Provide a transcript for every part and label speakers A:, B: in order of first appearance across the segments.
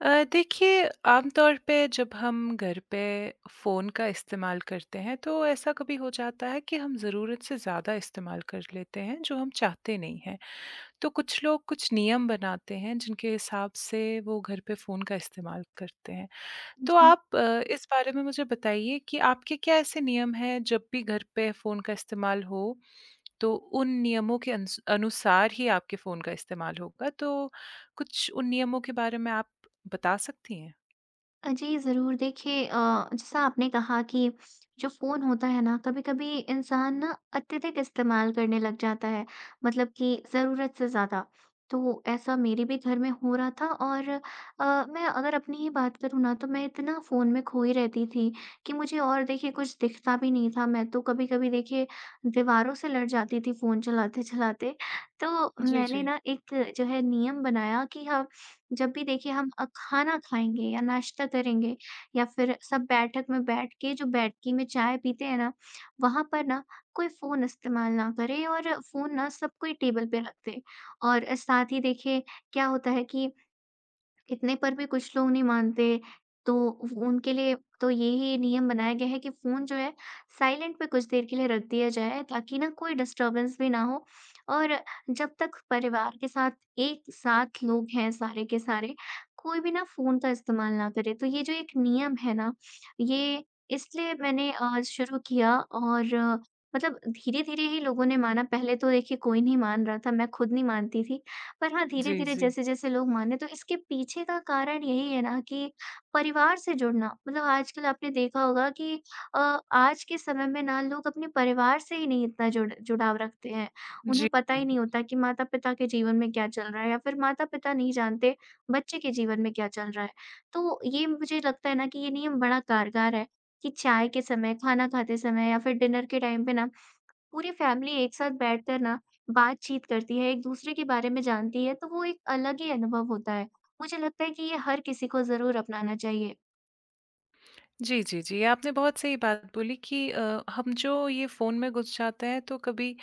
A: देखिए आमतौर पे जब हम घर पे फ़ोन का इस्तेमाल करते हैं तो ऐसा कभी हो जाता है कि हम ज़रूरत से ज़्यादा इस्तेमाल कर लेते हैं जो हम चाहते नहीं हैं। तो कुछ लोग कुछ नियम बनाते हैं जिनके हिसाब से वो घर पे फ़ोन का इस्तेमाल करते हैं। तो
B: जी।
A: आप इस बारे में मुझे बताइए कि आपके क्या ऐसे नियम हैं जब भी घर पे फ़ोन का इस्तेमाल हो तो उन नियमों के अनुसार ही आपके फ़ोन का इस्तेमाल होगा, तो कुछ उन नियमों के बारे में आप बता सकती हैं?
B: जी, ज़रूर देखिए, जैसा आपने कहा कि जो फ़ोन होता है ना, कभी-कभी इंसान ना अत्यधिक इस्तेमाल करने लग जाता है, मतलब कि ज़रूरत से ज़्यादा। तो ऐसा मेरे भी घर में हो रहा था, और मैं अगर अपनी ही बात करूँ ना, तो मैं इतना फ़ोन में खोई रहती थी कि मुझे, और देखिए, कुछ दिखता भी नहीं था। मैं तो कभी-कभी देखिए दीवारों से लड़ जाती थी फ़ोन चलाते-चलाते। तो
A: जी,
B: मैंने
A: जी।
B: ना एक जो है नियम बनाया कि हम जब भी देखिए हम खाना खाएँगे या नाश्ता करेंगे, या फिर सब बैठक में बैठ के जो बैठकी में चाय पीते हैं ना, वहाँ पर ना कोई फ़ोन इस्तेमाल ना करे और फ़ोन ना सब कोई टेबल पे रख दे। और साथ ही देखिए क्या होता है कि इतने पर भी कुछ लोग नहीं मानते, तो उ उनके लिए तो यही नियम बनाया गया है कि फ़ोन जो है साइलेंट पे कुछ देर के लिए रख दिया जाए, ताकि ना कोई डिस्टर्बेंस भी ना हो। और जब तक परिवार के साथ एक साथ लोग हैं सारे के सारे, कोई भी ना फ़ोन का इस्तेमाल ना करे। तो ये जो एक नियम है ना, ये इसलिए मैंने शुरू किया। और मतलब धीरे-धीरे ही लोगों ने माना। पहले तो देखिए कोई नहीं मान रहा था, मैं खुद नहीं मानती थी। पर हाँ,
A: जी,
B: धीरे-धीरे
A: जी।
B: जैसे-जैसे लोग माने, तो इसके पीछे का कारण यही है ना कि परिवार से जुड़ना। मतलब आजकल आपने देखा होगा कि अ, आज के समय में ना लोग अपने परिवार से ही नहीं इतना जुड़ाव रखते हैं।
A: जी।
B: उन्हें पता ही नहीं होता कि माता-पिता के जीवन में क्या चल रहा है, या फिर माता-पिता नहीं जानते बच्चे के जीवन में क्या चल रहा है। तो ये मुझे लगता है ना कि ये नियम बड़ा कारगर है, कि चाय के समय, खाना खाते समय, या फिर डिनर के टाइम पे ना पूरी फैमिली एक साथ बैठकर ना बातचीत करती है, एक-दूसरे के बारे में जानती है, तो वो एक अलग ही अनुभव होता है। मुझे लगता है कि ये हर किसी को ज़रूर अपनाना चाहिए।
A: जी, जी, जी। आपने बहुत सही बात बोली कि हम जो ये फ़ोन में घुस जाते हैं तो कभी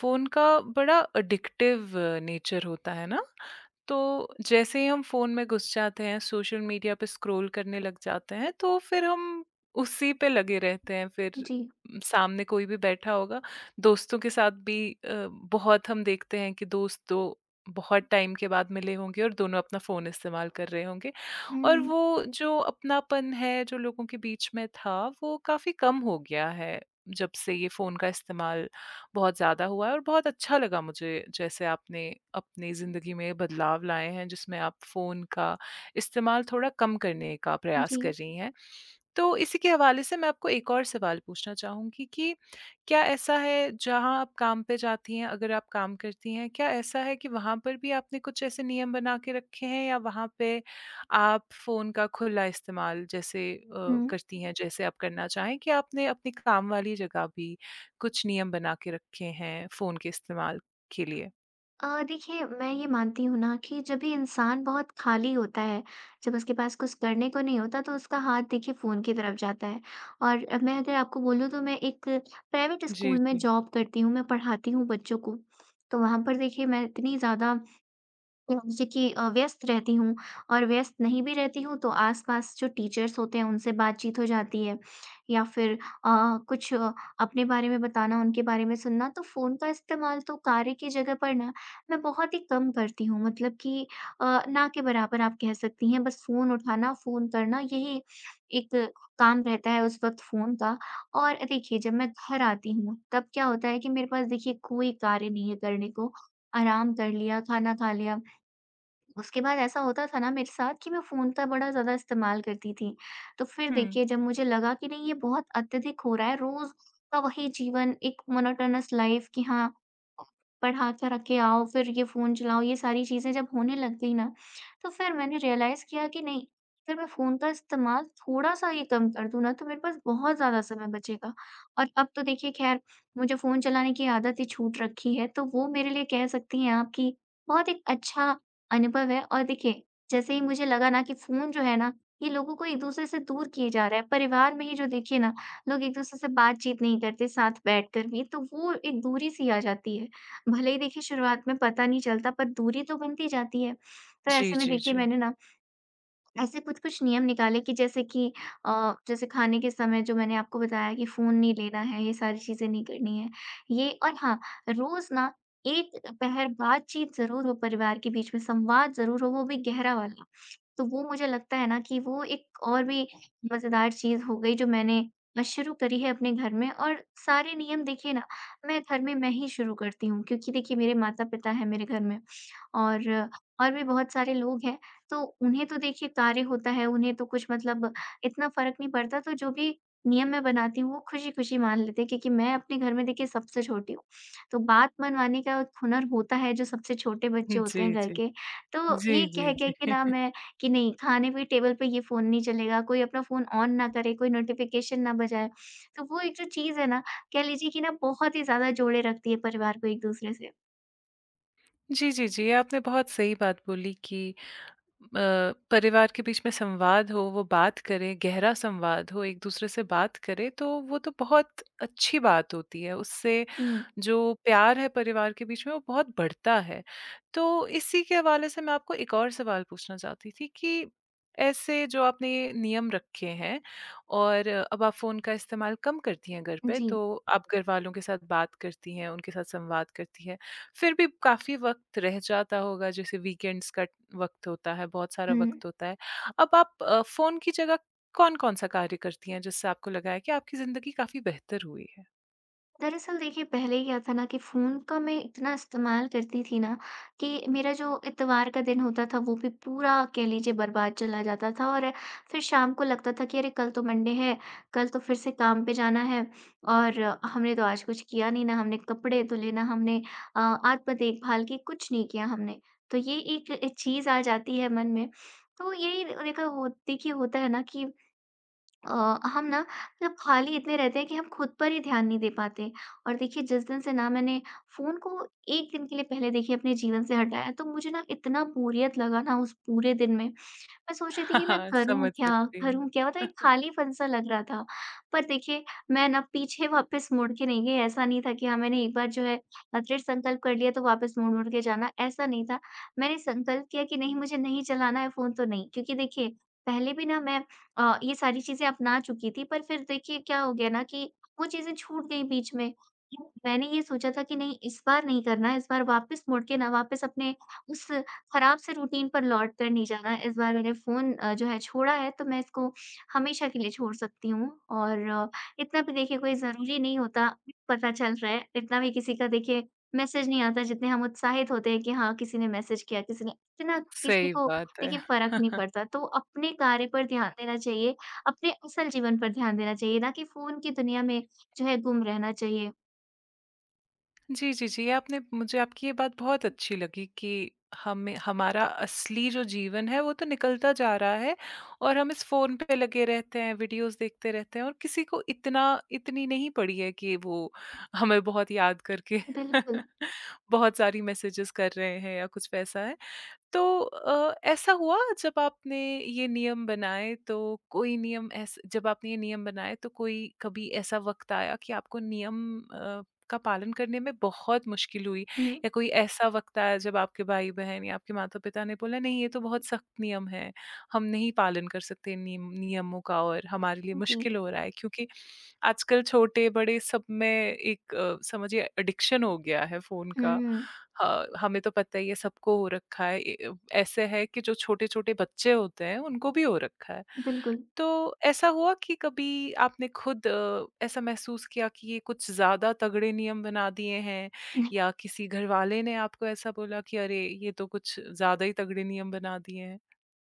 A: फ़ोन का बड़ा एडिक्टिव नेचर होता है ना? तो जैसे ही हम फ़ोन में घुस जाते हैं, सोशल मीडिया पे स्क्रॉल करने लग जाते हैं, तो फिर हम उसी पे लगे रहते हैं। फिर
B: जी।
A: सामने कोई भी बैठा होगा, दोस्तों के साथ भी अ, बहुत हम देखते हैं कि दोस्त तो बहुत टाइम के बाद मिले होंगे और दोनों अपना फ़ोन इस्तेमाल कर रहे होंगे और
B: हुँ।
A: वो जो अपनापन है, जो लोगों के बीच में था, वो काफ़ी कम हो गया है, जब से ये फ़ोन का इस्तेमाल बहुत ज़्यादा हुआ है और बहुत अच्छा लगा मुझे जैसे आपने अपनी ज़िंदगी में बदलाव लाए हैं जिसमें आप फ़ोन का इस्तेमाल थोड़ा कम करने का प्रयास
B: जी।
A: कर रही हैं। तो इसी के हवाले से मैं आपको एक और सवाल पूछना चाहूँगी कि क्या ऐसा है जहाँ आप काम पे जाती हैं, अगर आप काम करती हैं, क्या ऐसा है कि वहाँ पर भी आपने कुछ ऐसे नियम बना के रखे हैं या वहाँ पे आप फ़ोन का खुला इस्तेमाल जैसे
B: हुँ।
A: करती हैं जैसे आप करना चाहें कि आपने अपनी काम वाली जगह भी कुछ नियम बना के रखे हैं फ़ोन के इस्तेमाल के लिए?
B: देखिए, मैं ये मानती हूँ ना कि जब भी इंसान बहुत खाली होता है, जब उसके पास कुछ करने को नहीं होता, तो उसका हाथ देखिए फ़ोन की तरफ जाता है। और मैं अगर आपको बोलूँ, तो मैं एक प्राइवेट
A: जी,
B: स्कूल में
A: जी।
B: जॉब करती हूँ, मैं पढ़ाती हूँ बच्चों को। तो वहाँ पर देखिए मैं इतनी ज़्यादा, तो जैसे कि व्यस्त रहती हूँ, और व्यस्त नहीं भी रहती हूँ तो आसपास जो टीचर्स होते हैं उनसे बातचीत हो जाती है, या फिर अ, कुछ अ, अपने बारे में बताना, उनके बारे में सुनना। तो फ़ोन का इस्तेमाल तो कार्य की जगह पर ना मैं बहुत ही कम करती हूँ, मतलब कि ना के बराबर, आप कह सकती हैं। बस फ़ोन उठाना, फ़ोन करना, यही एक काम रहता है उस वक़्त फ़ोन का। और देखिए जब मैं घर आती हूँ, तब क्या होता है कि मेरे पास देखिए कोई कार्य नहीं है करने को। आराम कर लिया, खाना खा लिया, उसके बाद ऐसा होता था ना मेरे साथ कि मैं फ़ोन का बड़ा ज़्यादा इस्तेमाल करती थी। तो फिर
A: हुँ।
B: देखिए जब मुझे लगा कि नहीं, ये बहुत अत्यधिक हो रहा है, रोज़ का वही जीवन, एक मोनोटोनस लाइफ़, कि हाँ, पढ़ा कर के आओ, फिर ये फ़ोन चलाओ, ये सारी चीज़ें जब होने लग गई ना, तो फिर मैंने रियलाइज़ किया कि नहीं, अगर मैं फ़ोन का इस्तेमाल थोड़ा-सा ही कम कर दूँ ना, तो मेरे पास बहुत ज़्यादा समय बचेगा। और अब तो देखिए ख़ैर मुझे फ़ोन चलाने की आदत ही छूट रखी है, तो वो मेरे लिए, कह सकती हैं आप कि, बहुत एक अच्छा अनुभव है। और देखिए, जैसे ही मुझे लगा ना कि फ़ोन जो है ना, ये लोगों को एक-दूसरे से दूर किए जा रहा है। परिवार में ही जो देखिए ना, लोग एक-दूसरे से बातचीत नहीं करते साथ बैठकर भी, तो वो एक दूरी-सी आ जाती है। भले ही देखिए शुरुआत में पता नहीं चलता, पर दूरी तो बनती जाती है। तो
A: जी,
B: ऐसे में
A: जी,
B: देखिए
A: जी।
B: मैंने ना ऐसे कुछ-कुछ नियम निकाले, कि जैसे कि जैसे खाने के समय, जो मैंने आपको बताया कि फ़ोन नहीं लेना है, ये सारी चीज़ें नहीं करनी है, ये। और हाँ, रोज़ ना एक पहर बातचीत ज़रूर हो परिवार के बीच में, संवाद ज़रूर हो, वो भी गहरा वाला। तो वो मुझे लगता है ना कि वो एक और भी मज़ेदार चीज़ हो गई जो मैंने शुरू करी है अपने घर में। और सारे नियम देखिए ना, मैं घर में, मैं ही शुरू करती हूँ, क्योंकि देखिए मेरे माता-पिता हैं मेरे घर में, और और भी बहुत सारे लोग हैं। तो उन्हें तो देखिए कार्य होता है, उन्हें तो कुछ मतलब इतना फ़र्क नहीं पड़ता। तो जो भी नियम मैं बनाती हूँ, वो खुशी-खुशी मान लेते हैं, क्योंकि मैं अपने घर में देखिए सबसे छोटी हूँ। तो बात मनवाने का एक हुनर होता है, जो सबसे छोटे बच्चे
A: जी,
B: होते हैं घर
A: जी।
B: के। तो
A: जी,
B: ये
A: जी,
B: कह-कह
A: जी।
B: के ना मैं, कि नहीं, खाने पे टेबल पे ये फ़ोन नहीं चलेगा, कोई अपना फ़ोन ऑन ना करे, कोई नोटिफ़िकेशन ना बजाए। तो वो एक जो चीज़ है ना, कह लीजिए कि ना, बहुत ही ज़्यादा जोड़े रखती है परिवार को एक-दूसरे से।
A: जी, जी, जी, आपने बहुत सही बात बोली कि परिवार के बीच में संवाद हो, वो बात करें, गहरा संवाद हो, एक-दूसरे से बात करें, तो वो तो बहुत अच्छी बात होती है। उससे
B: हुँ,
A: जो प्यार है परिवार के बीच में वो बहुत बढ़ता है। तो इसी के हवाले से मैं आपको एक और सवाल पूछना चाहती थी कि ऐसे जो आपने ये नियम रखे हैं और अब आप फ़ोन का इस्तेमाल कम करती हैं घर पे,
B: जी।
A: तो आप घरवालों के साथ बात करती हैं, उनके साथ संवाद करती हैं। फिर भी काफ़ी वक़्त रह जाता होगा जैसे वीकेंड्स का वक़्त होता है, बहुत सारा
B: हुँ।
A: वक़्त होता है। अब आप फ़ोन की जगह कौन-कौन सा कार्य करती हैं जिससे आपको लगा है कि आपकी ज़िंदगी काफ़ी बेहतर हुई है?
B: दरअसल देखिए पहले क्या था ना कि फ़ोन का मैं इतना इस्तेमाल करती थी ना, कि मेरा जो इतवार का दिन होता था, वो भी पूरा, कह लीजिए, बर्बाद चला जाता था। और फिर शाम को लगता था कि अरे, कल तो मंडे है, कल तो फिर से काम पे जाना है, और हमने तो आज कुछ किया नहीं, ना हमने कपड़े धुले, ना हमने आत्म देखभाल की, कुछ नहीं किया हमने। तो ये एक चीज़ आ जाती है मन में। तो यही देखा हो देखिए होता है ना कि अ, हम ना, मतलब, खाली इतने रहते हैं कि हम खुद पर ही ध्यान नहीं दे पाते। और देखिए जिस दिन से ना मैंने फ़ोन को 1 दिन के लिए पहले देखिए अपने जीवन से हटाया, तो मुझे ना इतना बोरियत लगा ना, उस पूरे दिन में मैं सोच रही थी कि मैं
A: हाँ,
B: करूँ
A: समझ
B: क्या?
A: सकती हूँ।
B: करूँ क्या? मतलब एक खालीपन-सा लग रहा था। पर देखिए मैं ना पीछे वापस मुड़ के नहीं गई। ऐसा नहीं था कि हाँ, मैंने एक बार जो है दृढ़ संकल्प कर लिया, तो वापस मुड़-मुड़ के जाना, ऐसा नहीं था। मैंने संकल्प किया कि नहीं, मुझे नहीं चलाना है फ़ोन तो नहीं, क्योंकि देखिए पहले भी ना मैं ये सारी चीज़ें अपना चुकी थी, पर फिर देखिए क्या हो गया ना कि वो चीज़ें छूट गई बीच में। मैंने ये सोचा था कि नहीं, इस बार नहीं करना है, इस बार वापस मुड़ के ना, वापस अपने उस खराब से रूटीन पर लौट कर नहीं जाना। इस बार मैंने फ़ोन जो है छोड़ा है, तो मैं इसको हमेशा के लिए छोड़ सकती हूँ। और इतना भी देखिए कोई ज़रूरी नहीं होता, पता चल रहा है। इतना भी किसी का देखिए मैसेज नहीं आता, जितने हम उत्साहित होते हैं कि हाँ, किसी ने मैसेज किया, किसी ने। इतना किसी
A: सही
B: को
A: बात है।
B: देखिए फ़र्क नहीं पड़ता। तो अपने कार्य पर ध्यान देना चाहिए, अपने असल जीवन पर ध्यान देना चाहिए, ना कि फ़ोन की दुनिया में जो है गुम रहना चाहिए।
A: जी, जी, जी, आपने मुझे आपकी ये बात बहुत अच्छी लगी कि हमें हमारा असली जो जीवन है वो तो निकलता जा रहा है और हम इस फ़ोन पे लगे रहते हैं, वीडियोज़ देखते रहते हैं और किसी को इतना इतनी नहीं पड़ी है कि वो हमें बहुत याद करके
B: बिल्कुल।
A: बहुत सारी मैसेजेस कर रहे हैं या कुछ वैसा है। तो ऐसा हुआ जब आपने ये नियम बनाए तो कोई नियम ऐस जब आपने ये नियम बनाए तो कोई कभी ऐसा वक़्त आया कि आपको नियम का पालन करने में बहुत मुश्किल हुई
B: हुँ,
A: या कोई ऐसा वक़्त आया जब आपके भाई-बहन या आपके माता-पिता ने बोला नहीं ये तो बहुत सख़्त नियम है, हम नहीं पालन कर सकते इन नियमों का और हमारे लिए
B: जी।
A: मुश्किल हो रहा है क्योंकि आजकल छोटे-बड़े सब में एक समझिए एडिक्शन हो गया है फ़ोन का।
B: हुँ,
A: ह हमें तो पता ही है सबको हो रखा है। ए ऐसे है कि जो छोटे-छोटे बच्चे होते हैं उनको भी हो रखा है।
B: बिल्कुल।
A: तो ऐसा हुआ कि कभी आपने खुद ऐसा महसूस किया कि ये कुछ ज़्यादा तगड़े नियम बना दिए हैं या किसी घरवाले ने आपको ऐसा बोला कि अरे! ये तो कुछ ज़्यादा ही तगड़े नियम बना दिए हैं?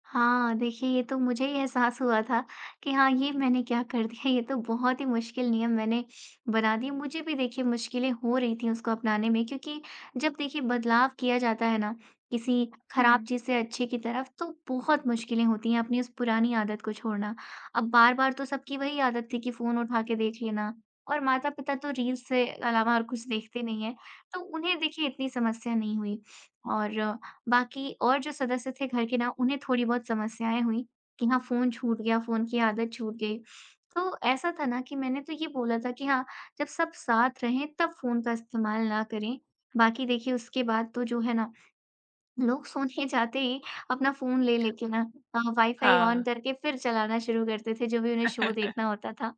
B: हाँ, देखिए, ये तो मुझे ही एहसास हुआ था कि हाँ, ये मैंने क्या कर दिया, ये तो बहुत ही मुश्किल नियम मैंने बना दिए। मुझे भी देखिए मुश्किलें हो रही थी उसको अपनाने में, क्योंकि जब देखिए बदलाव किया जाता है ना, किसी
A: हुँ।
B: खराब चीज़ से अच्छे की तरफ, तो बहुत मुश्किलें होती हैं अपनी उस पुरानी आदत को छोड़ना। अब बार-बार तो सबकी वही आदत थी कि फ़ोन उठा के देख लेना, और माता-पिता तो रील्स से अलावा और कुछ देखते नहीं हैं, तो उन्हें देखिए इतनी समस्या नहीं हुई। और बाकी और जो सदस्य थे घर के ना, उन्हें थोड़ी बहुत समस्याएँ हुईं, कि हाँ, फ़ोन छूट गया, फ़ोन की आदत छूट गई। तो ऐसा था ना कि मैंने तो ये बोला था कि हाँ, जब सब साथ रहें तब फ़ोन का इस्तेमाल ना करें। बाकी देखिए उसके बाद तो जो है ना, लोग सोने जाते ही अपना फ़ोन ले लेके ना वाईफ़ाई ऑन
A: हाँ।
B: करके फिर चलाना शुरू करते थे, जो भी उन्हें शो देखना होता था।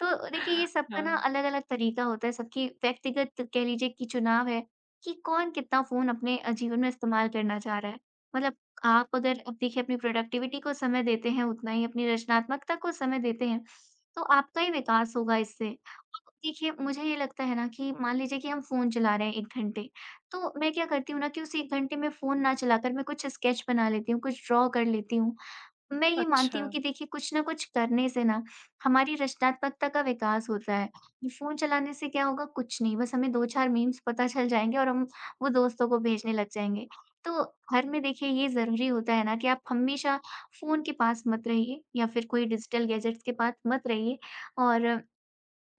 B: तो देखिए ये सबका ना
A: हाँ।
B: अलग-अलग तरीका होता है, सबकी व्यक्तिगत, कह लीजिए कि, चुनाव है कि कौन कितना फ़ोन अपने जीवन में इस्तेमाल करना चाह रहा है। मतलब आप अगर अब देखिए अपनी प्रोडक्टिविटी को समय देते हैं, उतना ही अपनी रचनात्मकता को समय देते हैं, तो आपका ही विकास होगा इससे। अब देखिए मुझे ये लगता है ना कि मान लीजिए कि हम फ़ोन चला रहे हैं 1 घंटे, तो मैं क्या करती हूँ ना कि उस 1 घंटे में फ़ोन ना चलाकर मैं कुछ स्केच बना लेती हूँ, कुछ ड्रॉ कर लेती हूँ। मैं ये मानती
A: अच्छा।
B: हूँ कि देखिए कुछ न कुछ करने से ना हमारी रचनात्मकता का विकास होता है। ये फ़ोन चलाने से क्या होगा? कुछ नहीं, बस हमें 2-4 मीम्स पता चल जाएँगे और हम वो दोस्तों को भेजने लग जाएँगे। तो घर में देखिए ये ज़रूरी होता है ना कि आप हमेशा फ़ोन के पास मत रहिए या फिर कोई डिजिटल गैजेट्स के पास मत रहिए। और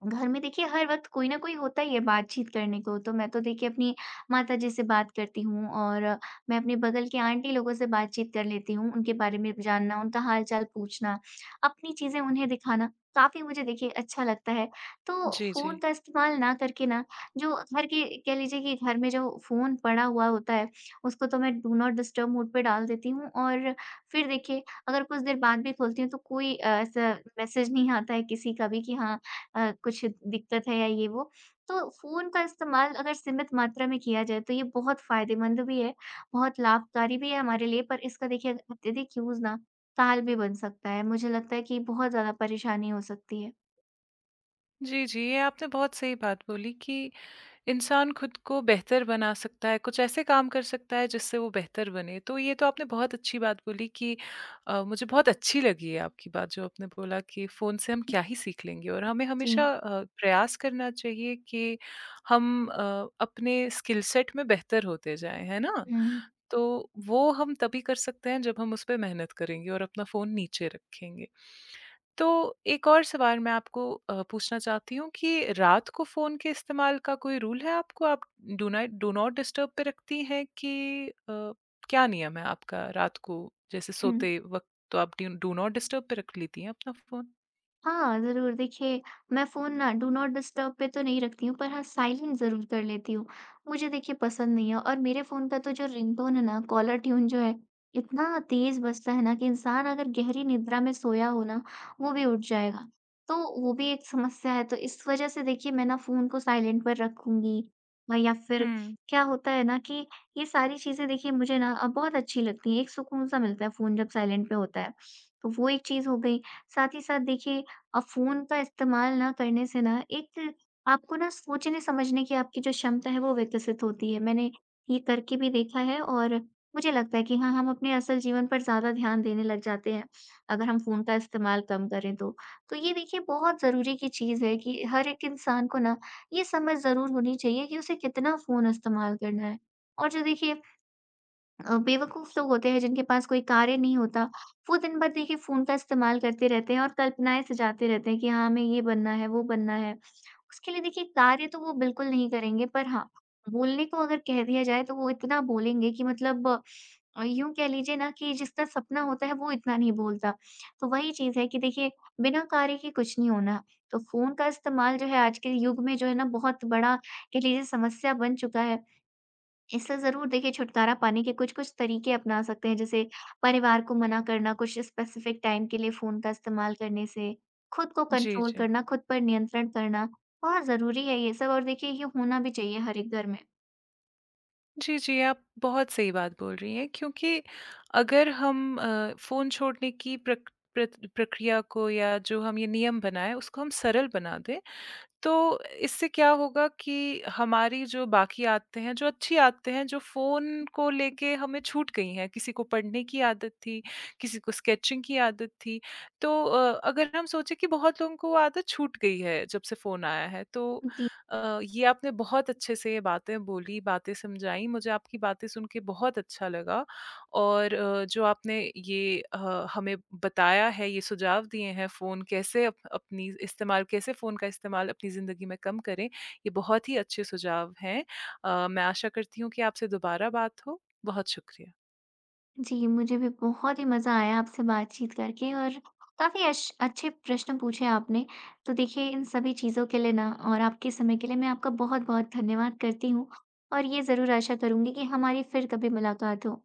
B: घर में देखिए हर वक़्त कोई न कोई होता ही है बातचीत करने को, तो मैं तो देखिए अपनी माताजी से बात करती हूँ और मैं अपने बगल के आंटी लोगों से बातचीत कर लेती हूँ, उनके बारे में जानना, उनका हाल-चाल पूछना, अपनी चीज़ें उन्हें दिखाना, काफ़ी मुझे देखिए अच्छा लगता है। तो
A: जी,
B: फ़ोन
A: जी।
B: का इस्तेमाल ना करके ना, जो घर के कह लीजिए कि घर में जो फ़ोन पड़ा हुआ होता है, उसको तो मैं डू नॉट डिस्टर्ब मोड पे डाल देती हूँ। और फिर देखिए अगर कुछ देर बाद भी खोलती हूँ, तो कोई ऐसा मैसेज नहीं आता है किसी का भी कि हाँ, कुछ दिक्कत है या ये वो। तो फ़ोन का इस्तेमाल अगर सीमित मात्रा में किया जाए तो ये बहुत फ़ायदेमंद भी है, बहुत लाभकारी भी है हमारे लिए पर इसका देखिए अत्यधिक यूज़ ना काल भी बन सकता है। मुझे लगता है कि बहुत ज़्यादा परेशानी हो सकती है।
A: जी, जी। ये आपने बहुत सही बात बोली कि इंसान खुद को बेहतर बना सकता है, कुछ ऐसे काम कर सकता है जिससे वो बेहतर बने। तो ये तो आपने बहुत अच्छी बात बोली कि मुझे बहुत अच्छी लगी है आपकी बात जो आपने बोला कि फ़ोन से हम क्या ही सीख लेंगे और हमें
B: जी।
A: हमेशा प्रयास करना चाहिए कि हम अपने स्किल सेट में बेहतर होते जाएँ, है ना?
B: हुँ,
A: तो वो हम तभी कर सकते हैं जब हम उस पे मेहनत करेंगे और अपना फ़ोन नीचे रखेंगे। तो एक और सवाल मैं आपको पूछना चाहती हूँ कि रात को फ़ोन के इस्तेमाल का कोई रूल है आपको? आप डू नॉट डिस्टर्ब पे रखती हैं कि क्या नियम है आपका रात को जैसे
B: हुँ।
A: सोते वक़्त तो आप ड्यू डू नॉट डिस्टर्ब पे रख लेती हैं अपना फ़ोन?
B: हाँ, ज़रूर। देखिए, मैं फ़ोन ना डू नॉट डिस्टर्ब पे तो नहीं रखती हूँ, पर हाँ, साइलेंट ज़रूर कर लेती हूँ। मुझे देखिए पसंद नहीं है और मेरे फ़ोन का तो जो रिंगटोन है ना, कॉलर ट्यून जो है, इतना तेज़ बजता है ना कि इंसान अगर गहरी निद्रा में सोया हो ना, वो भी उठ जाएगा। तो वो भी एक समस्या है, तो इस वज़ह से देखिए मैं ना फ़ोन को साइलेंट पर रखूँगी। या फिर
A: हुँ।
B: क्या होता है ना कि ये सारी चीज़ें देखिए मुझे ना बहुत अच्छी लगती हैं। एक सुकून-सा मिलता है फ़ोन जब साइलेंट पे होता है, तो वो एक चीज़ हो गई। साथ ही साथ देखिए अब फ़ोन का इस्तेमाल ना करने से ना एक आपको ना सोचने-समझने की आपकी जो क्षमता है वो विकसित होती है। मैंने ये करके भी देखा है और मुझे लगता है कि हाँ, हम अपने असल जीवन पर ज़्यादा ध्यान देने लग जाते हैं, अगर हम फ़ोन का इस्तेमाल कम करें तो। तो ये देखिए बहुत ज़रूरी की चीज़ है कि हर एक इंसान को ना ये समझ ज़रूर होनी चाहिए कि उसे कितना फ़ोन इस्तेमाल करना है। और जो देखिए बेवकूफ़ लोग होते हैं जिनके पास कोई कार्य नहीं होता, वो दिन भर देखिए फ़ोन का इस्तेमाल करते रहते हैं और कल्पनाएँ सजाते रहते हैं कि हाँ, हमें ये बनना है, वो बनना है। उसके लिए देखिए कार्य तो वो बिल्कुल नहीं करेंगे पर हाँ, बोलने को अगर कह दिया जाए तो वो इतना बोलेंगे कि मतलब यूँ कह लीजिए ना कि जिसका सपना होता है वो इतना नहीं बोलता। तो वही चीज़ है कि देखिए बिना कार्य के कुछ नहीं होना। तो फ़ोन का इस्तेमाल जो है आज के युग में जो है ना बहुत बड़ा कह लीजिए समस्या बन चुका है। इससे ज़रूर देखिए छुटकारा पाने के कुछ-कुछ तरीके अपना सकते हैं, जैसे परिवार को मना करना, कुछ स्पेसिफ़िक टाइम के लिए फ़ोन का इस्तेमाल करने से, खुद को
A: जी,
B: कंट्रोल
A: जी।
B: करना, खुद पर नियंत्रण करना, बहुत ज़रूरी है ये सब और देखिए ये होना भी चाहिए हर एक घर में।
A: जी, जी, आप बहुत सही बात बोल रही हैं क्योंकि अगर हम फ़ोन छोड़ने की प्रक्रिया को या जो हम ये नियम बनाएँ उसको हम सरल बना दें, तो इससे क्या होगा कि हमारी जो बाकी आदतें हैं, जो अच्छी आदतें हैं, जो फ़ोन को लेके हमें छूट गई हैं, किसी को पढ़ने की आदत थी, किसी को स्केचिंग की आदत थी। तो अगर हम सोचें कि बहुत लोगों को वो आदत छूट गई है जब से फ़ोन आया है। तो
B: जी,
A: ये आपने बहुत अच्छे से ये बातें बोली, बातें समझाई। मुझे आपकी बातें सुन के बहुत अच्छा लगा। और जो आपने ये हमें बताया है, ये सुझाव दिए हैं फ़ोन कैसे अप अपनी इस्तेमाल कैसे फ़ोन का इस्तेमाल अपनी ज़िंदगी में कम करें, ये बहुत ही अच्छे सुझाव हैं। मैं आशा करती हूँ कि आपसे दोबारा बात हो। बहुत शुक्रिया।
B: जी, मुझे भी बहुत ही मज़ा आया आपसे बातचीत करके और काफ़ी अश अच्छे प्रश्न पूछे आपने। तो देखिए इन सभी चीज़ों के लिए ना और आपके समय के लिए मैं आपका बहुत-बहुत धन्यवाद करती हूँ और ये ज़रूर आशा करूँगी कि हमारी फिर कभी मुलाकात हो।